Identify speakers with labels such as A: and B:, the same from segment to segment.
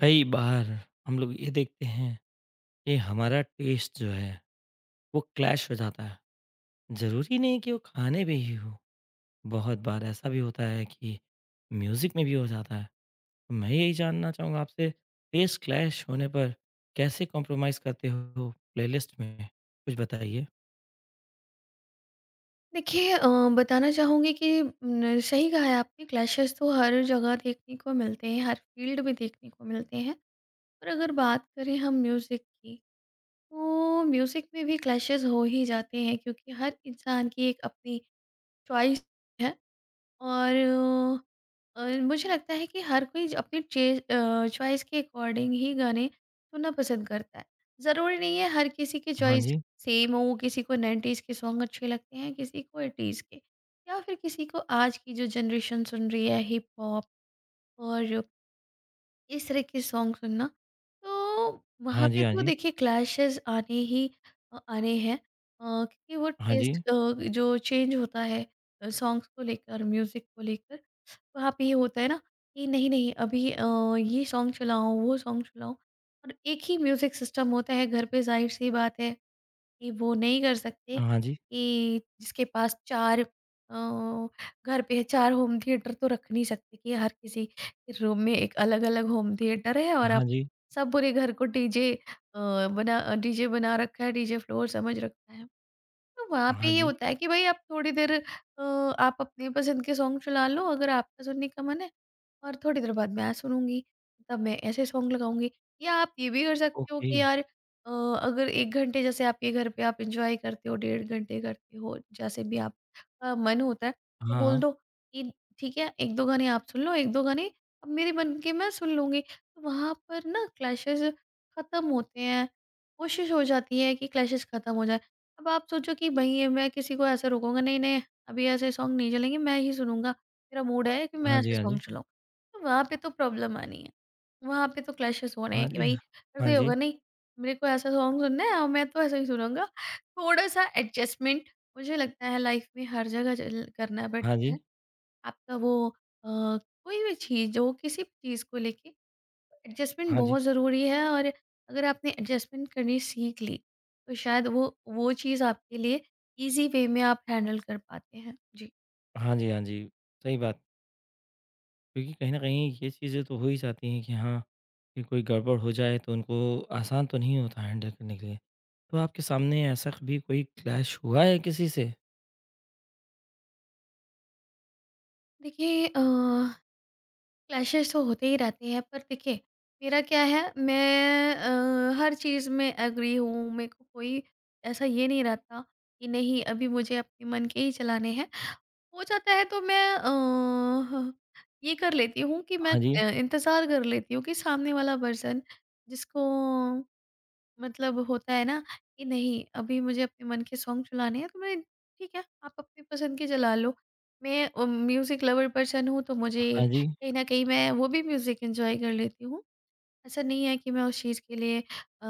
A: कई बार हम लोग ये देखते हैं कि हमारा टेस्ट जो है वो क्लैश हो जाता है। जरूरी नहीं कि वो खाने में ही हो, बहुत बार ऐसा भी होता है कि म्यूजिक में भी हो जाता है। तो मैं यही जानना चाहूँगा आपसे, टेस्ट क्लैश होने पर कैसे कॉम्प्रोमाइज करते हो प्लेलिस्ट में, कुछ बताइए।
B: देखिए बताना चाहूँगी कि न, सही कहा है आपने। क्लैशेस तो हर जगह देखने को मिलते हैं, हर फील्ड में देखने को मिलते हैं। पर अगर बात करें हम म्यूज़िक की, तो म्यूज़िक में भी क्लैशेस हो ही जाते हैं, क्योंकि हर इंसान की एक अपनी चॉइस है। और मुझे लगता है कि हर कोई अपनी चॉइस के अकॉर्डिंग ही गाने सुनना पसंद करता है। ज़रूरी नहीं है हर किसी की
A: हाँ
B: चॉइस
A: जी।
B: सेम हो। किसी को 90s के सॉन्ग अच्छे लगते हैं, किसी को 80s के, या फिर किसी को आज की जो जनरेशन सुन रही है, हिप हॉप और इस तरह के सॉन्ग सुनना। तो वहाँ
A: हाँ
B: पे
A: जी। हाँ
B: तो
A: जी।
B: देखिए क्लैशेस आने हैं। क्योंकि वो
A: हाँ जी।
B: टेस्ट जो चेंज होता है सॉन्ग्स को लेकर, म्यूजिक को लेकर, वहाँ पे ये होता है ना कि नहीं नहीं अभी ये सॉन्ग चलाओ, वो सॉन्ग चलाओ। और एक ही म्यूजिक सिस्टम होता है घर पे, जाहिर सी बात है कि वो नहीं कर सकते
A: हाँ जी।
B: कि जिसके पास चार घर पे चार होम थिएटर तो रख नहीं सकते कि हर किसी के रूम में एक अलग अलग होम थिएटर है। और आप
A: हाँ जी।
B: सब पूरे घर को डीजे बना रखा है, डीजे फ्लोर समझ रखा है। तो वहाँ पे
A: हाँ
B: ये
A: जी।
B: होता है कि भाई आप थोड़ी देर आप अपनी पसंद के सॉन्ग चला लो, अगर आपका सुनने का मन है। और थोड़ी देर बाद मैं सुनूँगी, तब मैं ऐसे सॉन्ग लगाऊँगी। या आप ये भी कर सकते हो
A: ओके।
B: कि यार, अ, अगर 1 घंटे जैसे आपके घर पे आप एन्जॉय करते हो, डेढ़ घंटे करते हो, जैसे भी आपका मन होता है, तो
A: हाँ
B: बोल
A: हाँ।
B: दो कि ठीक है, 1-2 गाने आप सुन लो, 1-2 गाने अब मेरे मन के मैं सुन लूँगी। तो वहाँ पर ना क्लैशेज़ ख़त्म होते हैं, कोशिश हो जाती है कि क्लैशेज़ ख़त्म हो जाए। अब आप सोचो कि भई मैं किसी को ऐसे रोकूँगा, नहीं-नहीं, अभी ऐसे सॉन्ग नहीं चलेंगे, मैं ही सुनूँगा, मेरा मूड है कि मैं
A: हाँ जी।
B: ऐसे
A: हाँ जी।
B: सॉन्ग चलाऊँ। वहाँ पे तो प्रॉब्लम आनी है। वहाँ पे तो क्लैशेस होने हैं
A: हाँ
B: कि
A: जी।
B: भाई करते
A: हाँ
B: ही होगा
A: जी।
B: नहीं, मेरे को ऐसा सॉन्ग सुनना है और मैं तो ऐसा ही सुनूँगा। थोड़ा-सा एडजस्टमेंट मुझे लगता है लाइफ में हर जगह ज़ल करना
A: हाँ
B: पड़ता
A: जी।
B: है। आपका वो कोई भी चीज़ हो, किसी भी चीज़ को लेके एडजस्टमेंट
A: हाँ जी।
B: बहुत ज़रूरी है। और अगर आपने एडजस्टमेंट करनी सीख ली, तो शायद वो चीज़ आपके लिए ईज़ी वे में आप हैंडल कर पाते हैं। जी।
A: हाँ जी, हाँ जी। सही बात, क्योंकि कहीं न कहीं ये चीज़ें तो हो ही जाती हैं कि हाँ, कि कोई गड़बड़ हो जाए तो उनको आसान तो नहीं होता हैंडल करने के लिए। तो आपके सामने ऐसा कभी कोई क्लैश हुआ है किसी से?
B: देखिए क्लैशेस तो होते ही रहते हैं, पर देखिए मेरा क्या है, मैं हर चीज़ में एग्री हूँ। मेरे को कोई ऐसा ये नहीं रहता कि नहीं, अभी मुझे अपने मन के ही चलाने हैं। हो जाता है तो मैं ये कर लेती हूँ कि मैं
A: हाँ जी,
B: इंतज़ार कर लेती हूँ कि सामने वाला पर्सन जिसको मतलब होता है ना कि नहीं, अभी मुझे अपने मन के सॉन्ग चलाने हैं, तो मैं ठीक है, आप अपनी पसंद के चला लो। मैं म्यूज़िक लवर पर्सन हूँ, तो मुझे
A: हाँ जी।
B: कहीं ना कहीं मैं वो भी म्यूज़िक एंजॉय कर लेती हूँ। ऐसा नहीं है कि मैं उस चीज़ के लिए अ,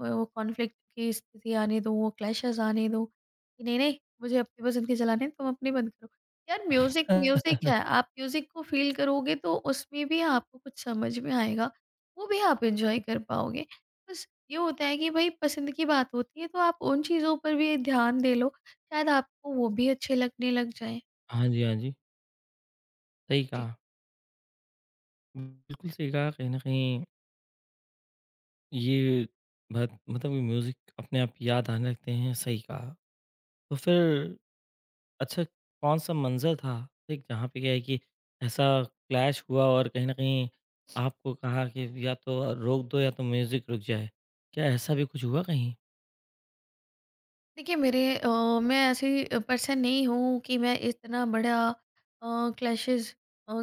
B: वो कॉन्फ्लिक्ट की स्थिति आने दूँ, वो क्लैशेज़ आने दूँ, कि नहीं, नहीं मुझे अपनी पसंद के चलाने हैं, तुम अपनी बंद करो। यार म्यूज़िक म्यूज़िक है, आप म्यूज़िक को फ़ील करोगे तो उसमें भी आपको कुछ समझ में आएगा, वो भी आप एन्जॉय कर पाओगे। बस ये होता है कि भाई पसंद की बात होती है, तो आप उन चीज़ों पर भी ध्यान दे लो, शायद आपको वो भी अच्छे लगने लग जाएँ।
A: हाँ जी, हाँ जी। सही
B: जी।
A: कहा, बिल्कुल सही कहा। कहीं न कहीं ये बात मतलब म्यूज़िक अपने आप याद आने लगते हैं, सही कहा। तो फिर अच्छा, कौन-सा मंज़र था एक जहाँ पे क्या है कि ऐसा क्लैश हुआ और कहीं न कहीं आपको कहा कि या तो रोक दो या तो म्यूज़िक रुक जाए? क्या ऐसा भी कुछ हुआ कहीं?
B: देखिए मेरे मैं ऐसी पर्सन नहीं हूँ कि मैं इतना बड़ा क्लैशेस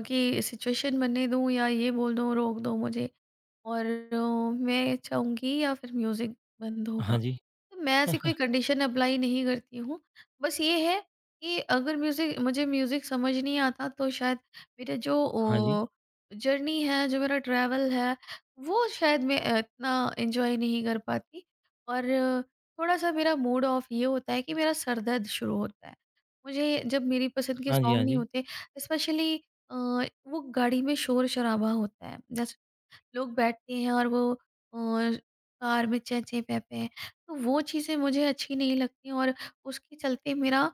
B: की सिचुएशन बनने दूँ या ये बोल दूँ रोक दो मुझे और मैं चाहूँगी या फिर म्यूज़िक बंद
A: हाँ
B: होगा,
A: जी,
B: तो मैं ऐसी कोई कंडीशन अप्लाई नहीं करती हूँ। बस ये है कि अगर म्यूज़िक मुझे म्यूज़िक समझ नहीं आता, तो शायद मेरा जो
A: हाँ जी,
B: जर्नी है, जो मेरा ट्रैवल है, वो शायद मैं इतना एन्जॉय नहीं कर पाती। और थोड़ा-सा मेरा मूड ऑफ ये होता है कि मेरा सर दर्द शुरू होता है। मुझे जब मेरी पसंद के
A: हाँ जी,
B: सॉन्ग
A: हाँ
B: नहीं
A: जी।
B: होते, स्पेशली अ, वो गाड़ी में शोर-शराबा होता है। जैसे लोग बैठते हैं और वो कार में चें-चें पें-पें, तो वो चीज़ें मुझे अच्छी नहीं लगती। और उसके चलते मेरा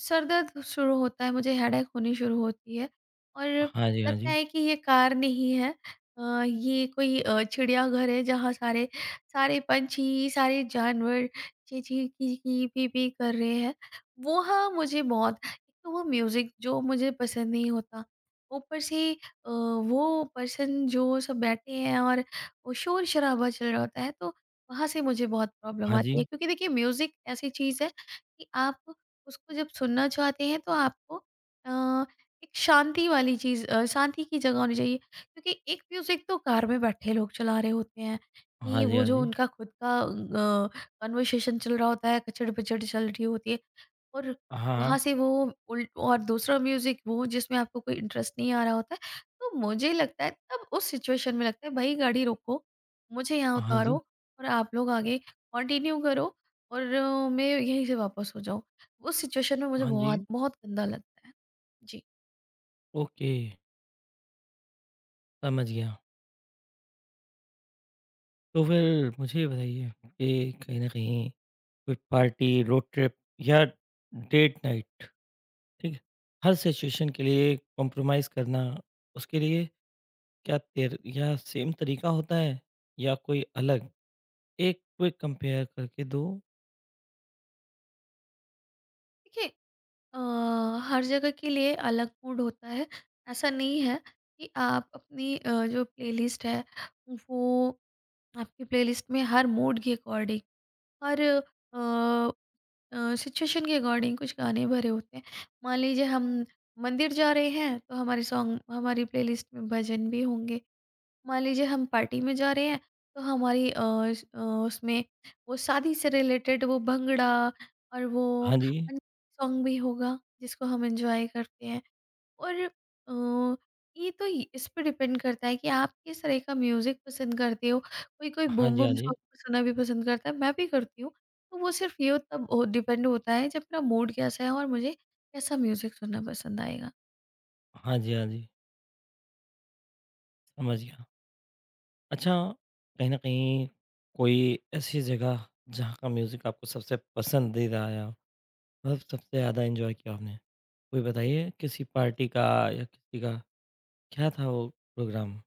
B: सर दर्द शुरू होता है, मुझे हेडेक होनी शुरू होती है। और
A: हाँ जी, हाँ
B: लगता
A: जी,
B: है कि ये कार नहीं है, ये कोई चिड़ियाघर है, जहाँ सारे सारे पंछी, सारे जानवर चीं-चीं, की-की, पी-पी कर रहे हैं। वो हाँ, मुझे बहुत एक तो वो म्यूज़िक जो मुझे पसंद नहीं होता, ऊपर से वो पर्सन जो सब बैठे हैं और वो शोर शराबा चल रहा होता है, तो वहाँ से मुझे बहुत प्रॉब्लम
A: हाँ
B: आती है।
A: जी,
B: क्योंकि देखिए म्यूज़िक ऐसी चीज़ है कि आप उसको जब सुनना चाहते हैं तो आपको अ, एक शांति वाली चीज़ शांति की जगह होनी चाहिए। क्योंकि एक म्यूज़िक तो कार में बैठे लोग चला रहे होते हैं कि
A: हाँ जी,
B: वो
A: हाँ
B: जो
A: जी।
B: उनका खुद का कन्वर्सेशन चल रहा होता है, कचड़ पचड़ चल रही होती है। और वहाँ
A: हाँ,
B: से वो उल्ट और दूसरा म्यूज़िक, वो जिसमें आपको कोई इंटरेस्ट नहीं आ रहा होता है, तो मुझे लगता है तब उस सिचुएशन में लगता है भाई गाड़ी रोको, मुझे यहाँ
A: हाँ
B: उतारो
A: जी,
B: और आप लोग आगे कंटिन्यू करो और मैं यहीं से वापस हो जाऊँ। उस सिचुएशन में मुझे
A: हाँ जी।
B: बहुत बहुत गंदा लगता है। जी।
A: ओके, समझ गया। तो फिर मुझे ये बताइए कि कहीं न कहीं कोई पार्टी, रोड ट्रिप या डेट नाइट, ठीक है? हर सिचुएशन के लिए कॉम्प्रोमाइज़ करना, उसके लिए क्या तेर या सेम तरीका होता है या कोई अलग? एक क्विक कंपेयर करके दो।
B: देखिए अ, हर जगह के लिए अलग मूड होता है। ऐसा नहीं है कि आप अपनी जो प्लेलिस्ट है, वो आपकी प्लेलिस्ट में हर मूड के अकॉर्डिंग, हर अ सिचुएशन के अकॉर्डिंग कुछ गाने भरे होते हैं। मान लीजिए हम मंदिर जा रहे हैं, तो हमारे सॉन्ग हमारी प्लेलिस्ट में भजन भी होंगे। मान लीजिए हम पार्टी में जा रहे हैं, तो हमारी उसमें वो शादी से रिलेटेड वो भंगड़ा और वो
A: हाँ जी,
B: सॉन्ग भी होगा जिसको हम एंजॉय करते हैं। और अ, ये तो ये इस पे डिपेंड करता है कि आप किस तरह का म्यूज़िक पसंद करते हो। कोई कोई
A: हाँ
B: बूम
A: जी, हाँ
B: बूम
A: जी।
B: सॉन्ग तो सुनना भी पसंद करता है, मैं भी करती हूँ। तो वो सिर्फ़ ये तब ओ डिपेंड होता है जब मेरा मूड कैसा है और मुझे कैसा म्यूज़िक सुनना पसंद आएगा।
A: हाँ जी, हाँ जी, समझ गया। अच्छा, कहीं न कहीं कोई ऐसी जगह जहाँ का म्यूज़िक आपको सबसे पसंदीदा आया, मतलब सबसे ज़्यादा एन्जॉय किया आपने? कोई बताइए, किसी पार्टी का या किसी का? क्या था वो प्रोग्राम?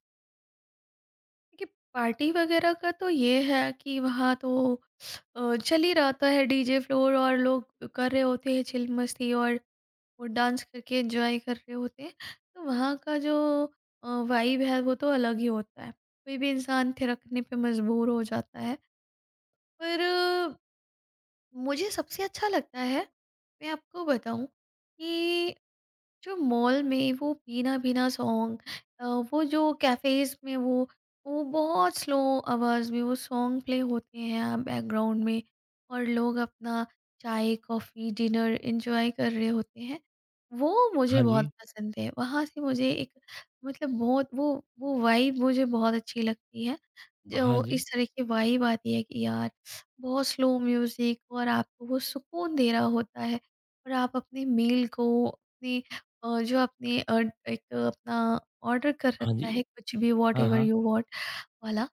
B: देखिए, पार्टी वगैरह का तो ये है कि वहाँ तो चल ही रहता है डीजे फ्लोर, और लोग कर रहे होते हैं चिल मस्ती, और वो डांस करके एंजॉय कर रहे होते हैं। तो वहाँ का जो वाइब है वो तो अलग ही होता है, कोई भी इंसान थिरकने पे मजबूर हो जाता है। पर मुझे सबसे अच्छा लगता है, मैं आपको बताऊं, कि जो मॉल में वो भीना-भीना सॉन्ग, अ, वो जो कैफ़ेज़ में वो बहुत स्लो आवाज़ में वो सॉन्ग प्ले होते हैं बैकग्राउंड में, और लोग अपना चाय, कॉफ़ी, डिनर एन्जॉय कर रहे होते हैं। वो मुझे
A: हाँ
B: बहुत
A: जी,
B: पसंद है। वहाँ से मुझे एक, मतलब बहुत वो वाइब मुझे बहुत अच्छी लगती है।
A: हाँ
B: जो
A: जी,
B: इस तरह की वाइब आती है कि यार बहुत स्लो म्यूज़िक और आपको वो सुकून दे रहा होता है, और आप अपने मील को, अपने जो आपने एक अपना ऑर्डर कर
A: हाँ
B: रखा
A: जी।
B: है, कुछ भी,
A: हाँ,
B: व्हॉटएवर
A: हाँ।
B: यू वांट वाला,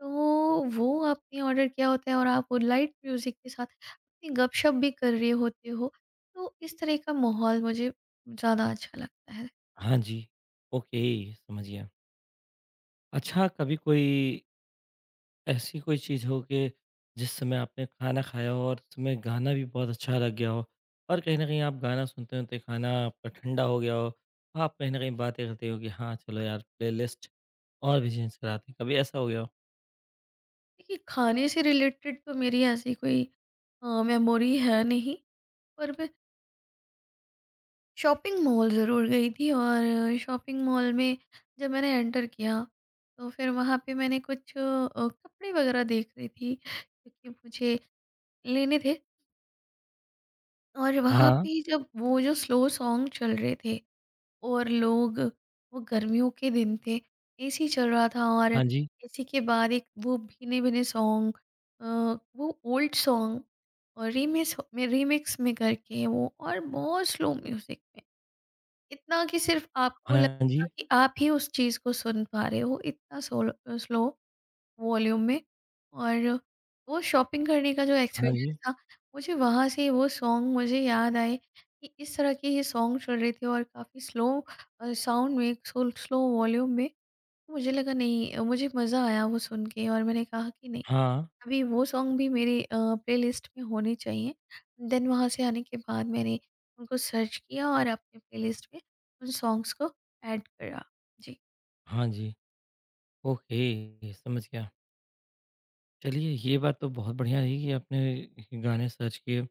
B: तो वो आपने ऑर्डर किया होता है और आप वो लाइट म्यूज़िक के साथ अपनी गपशप भी कर रहे होते हो। तो इस तरह का माहौल मुझे ज़्यादा अच्छा लगता है।
A: हाँ जी, ओके, समझ गया। अच्छा, कभी कोई ऐसी कोई चीज़ हो कि जिस समय आपने खाना खाया हो और उसमें गाना भी बहुत अच्छा लग गया हो और कहीं न कहीं आप गाना सुनते-सुनते खाना आपका ठंडा हो गया हो, आप कहीं न कहीं बातें करते हो कि हाँ, चलो यार प्लेलिस्ट और भी चेंज कराते हैं, कभी ऐसा हो गया हो?
B: देखिए, खाने से रिलेटेड तो मेरी ऐसी कोई मेमोरी है नहीं। पर मैं शॉपिंग मॉल ज़रूर गई थी, और शॉपिंग मॉल में जब मैंने एंटर किया, तो फिर वहाँ पे मैंने कुछ कपड़े वगैरह देख रही थी, क्योंकि मुझे लेने थे। और वहाँ
A: हाँ,
B: पे जब वो जो स्लो सॉन्ग चल रहे थे, और लोग, वो गर्मियों के दिन थे, एसी चल रहा था, और
A: हाँ जी,
B: एसी के बाद एक वो भीने भीने सॉन्ग, वो ओल्ड सॉन्ग, और रीमिक्स में करके वो और बहुत स्लो म्यूजिक में, इतना कि सिर्फ आपको
A: हाँ
B: लगेगा
A: जी,
B: कि आप ही उस चीज़ को सुन पा रहे हो, इतना सोल, स्लो वॉल्यूम में। और वो शॉपिंग करने का जो
A: हाँ
B: एक्सपीरियंस
A: जी,
B: था, मुझे वहाँ से वो सॉन्ग मुझे याद आए कि इस तरह के ये सॉन्ग चल रहे थे और काफ़ी स्लो साउंड में, स्लो वॉल्यूम में। मुझे लगा नहीं, मुझे मज़ा आया वो सुन के, और मैंने कहा कि नहीं,
A: हाँ,
B: अभी वो सॉन्ग भी मेरी प्लेलिस्ट में होने चाहिए। देन वहाँ से आने के बाद मैंने उनको सर्च किया और अपने प्लेलिस्ट में उन सॉन्ग्स को ऐड करा। जी।
A: हाँ जी, ओके, समझ गया। चलिए ये बात तो बहुत बढ़िया रही कि आपने गाने सर्च किए।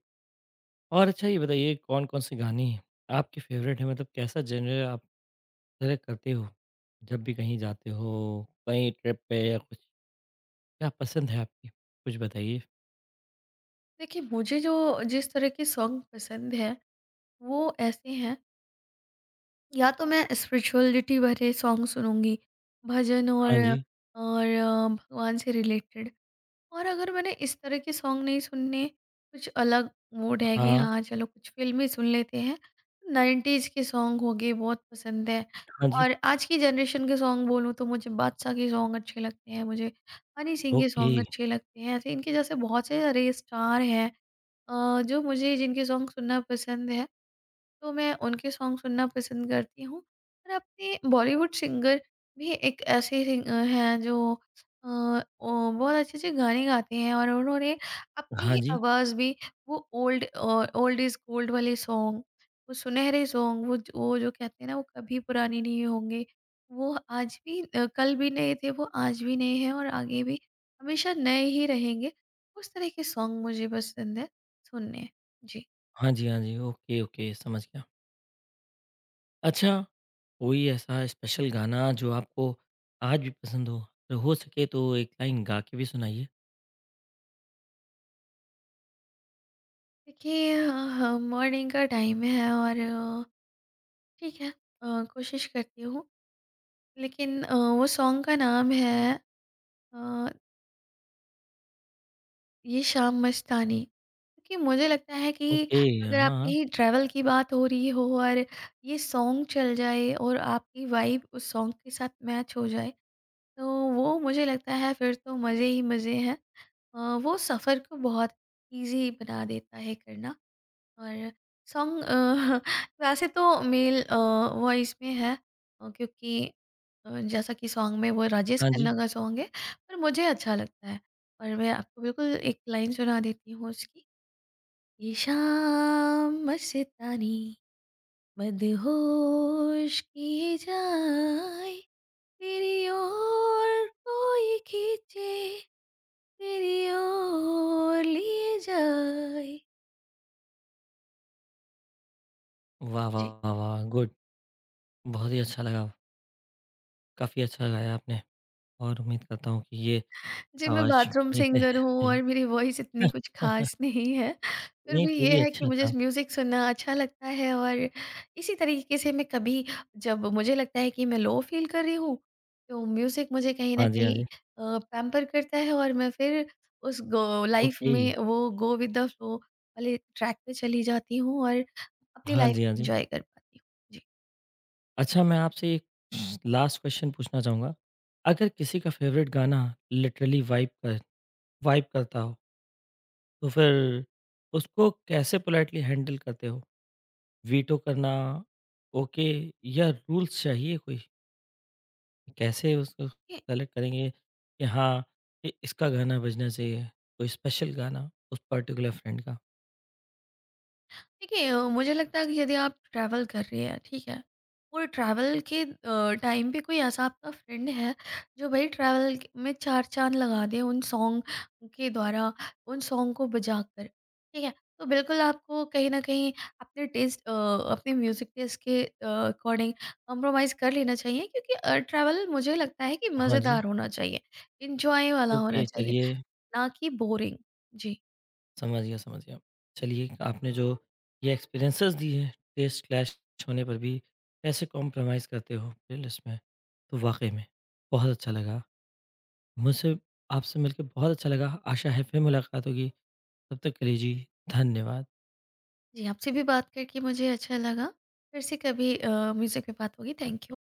A: और अच्छा ये बताइए, कौन-कौन से गाने आपके फ़ेवरेट हैं? मतलब कैसा जनर आप सेलेक्ट करते हो? जब भी कहीं जाते हो, कहीं ट्रिप पे या कुछ, क्या पसंद है आपकी? कुछ बताइए।
B: देखिए मुझे जो, जिस तरह के सॉन्ग पसंद हैं, वो ऐसे हैं, या तो मैं स्पिरिचुअलिटी भरे सॉन्ग सुनूँगी, भजन और
A: हाँ जी,
B: और अ, भगवान से रिलेटेड। और अगर मैंने इस तरह के सॉन्ग नहीं सुनने, कुछ अलग मूड है कि
A: हाँ,
B: हाँ, चलो कुछ फ़िल्में सुन लेते हैं। 90s के सॉन्ग हो गए, बहुत पसंद है।
A: हाँ जी,
B: और आज की जनरेशन के सॉन्ग बोलूँ, तो मुझे बादशाह के सॉन्ग अच्छे लगते हैं, मुझे हनी सिंह के
A: ओके,
B: सॉन्ग अच्छे लगते हैं। ऐसे इनके जैसे बहुत से सारे स्टार हैं जो मुझे, जिनके सॉन्ग सुनना पसंद है। तो मैं उनके सॉन्ग सुनना पसंद करती हूँ। और अपने बॉलीवुड सिंगर भी एक ऐसे हैं, जो अ, ओ बहुत अच्छे-अच्छे गाने गाते हैं, और उन्होंने अपनी
A: हाँ
B: ही
A: जी,
B: आवाज़ में वो ओल्ड इज़ गोल्ड वाले सॉन्ग, वो सुनहरे सॉन्ग, वो जो कहते हैं ना, वो कभी पुराने नहीं होंगे। वो आज भी, कल भी नए थे, वो आज भी नए हैं और आगे भी हमेशा नए ही रहेंगे। उस तरह के सॉन्ग मुझे पसंद है सुनने। जी।
A: हाँ जी, हाँ जी, ओके, ओके, समझ गया। अच्छा, कोई ऐसा स्पेशल गाना जो आपको आज भी पसंद हो? अगर हो सके तो एक लाइन गा के भी सुनाइए।
B: देखिए मॉर्निंग का टाइम है और ठीक है, कोशिश करती हूँ। लेकिन वो सॉन्ग का नाम है अ, ये शाम मस्तानी, क्योंकि मुझे लगता है कि
A: ओके, हाँ,
B: अगर
A: हाँ,
B: आपकी ट्रैवल की बात हो रही हो और ये सॉन्ग चल जाए और आपकी वाइब उस सॉन्ग के साथ मैच हो जाए, तो वो, मुझे लगता है फिर तो मज़े ही मज़े हैं। वो सफ़र को बहुत इजी बना देता है करना। और सॉन्ग वैसे तो मेल वॉइस में है, क्योंकि जैसा कि सॉन्ग में वो राजेश
A: हाँ जी।
B: खन्ना का सॉन्ग है। पर मुझे अच्छा लगता है, और मैं आपको बिल्कुल एक लाइन सुना देती हूँ उसकी। ये शाम मस्तानी, मदहोश किए जाए, तेरी ओर कोई खींचे, तेरी ओर लिए जाए।
A: वाह, वाह,
B: जी।
A: वाह, वाह! गुड, बहुत ही अच्छा लगा, काफ़ी अच्छा गाया आपने। और उम्मीद करता हूँ कि ये
B: जी, मैं
A: आवाज़
B: बाथरूम
A: मेरी है
B: सिंगर हूँ और मेरी वॉइस
A: है।
B: इतनी कुछ ख़ास नहीं है। फिर
A: नहीं,
B: भी
A: फिर
B: ये
A: भी
B: है कि
A: अच्छा
B: मुझे
A: था।
B: म्यूज़िक सुनना अच्छा लगता है, और इसी तरीके से मैं कभी, जब मुझे लगता है कि मैं लो फ़ील कर रही हूँ, तो म्यूज़िक मुझे कहीं न
A: हाँ जी, हाँ
B: कहीं
A: जी।
B: पैम्पर करता है, और मैं फिर उस गो लाइफ़
A: ओके।
B: में वो गो विद द फ्लो वाले ट्रैक पे चली जाती हूँ, और अपनी
A: हाँ
B: लाइफ़
A: जी, हाँ
B: को
A: जी।
B: एन्जॉय कर पाती हूँ।
A: अच्छा, मैं आपसे एक लास्ट क्वेश्चन पूछना चाहूँगा। अगर किसी का फेवरेट गाना लिटरली वाइब कर वाइब करता हो, तो फिर उसको कैसे पोलाइटली हैंडल करते हो? वीटो करना, ओके, या रूल्स चाहिए कोई? कैसे उसको
B: जी।
A: सेलेक्ट करेंगे कि हाँ, ये इसका गाना बजना चाहिए, कोई स्पेशल गाना उस पार्टिकुलर फ्रेंड का?
B: देखिए, मुझे लगता है कि यदि आप ट्रैवल कर रही हैं, ठीक है, और ट्रैवल के टाइम पे कोई ऐसा आपका फ्रेंड है, जो, भाई, ट्रैवल क में चार चाँद लगा दे उन सॉन्ग के द्वारा, उन सॉन्ग को बजाकर, ठीक है? तो बिल्कुल आपको कहीं न कहीं अपने अपने म्यूज़िक टेस्ट के अकॉर्डिंग कॉम्प्रोमाइज़ कर लेना चाहिए। क्योंकि ट्रैवल, मुझे लगता है कि
A: हाँ जी,
B: मज़ेदार होना चाहिए, एन्जॉय वाला होना
A: ओके,
B: चाहिए,
A: चलिए
B: ना कि बोरिंग। जी।
A: समझ गया, समझ गया। चलिए आपने जो ये एक्सपीरियंसेस दिए हैं, टेस्ट क्लैश होने पर भी कैसे कॉम्प्रोमाइज़ करते हो प्लेलिस्ट में, तो वाक़ई में बहुत अच्छा लगा। मुझसे आपसे मिलके बहुत अच्छा लगा, आशा है फिर मुलाकात होगी। तब तक के लिए जी, धन्यवाद।
B: जी, आपसे भी बात करके मुझे अच्छा लगा। फिर से कभी म्यूज़िक पे बात होगी। Thank you.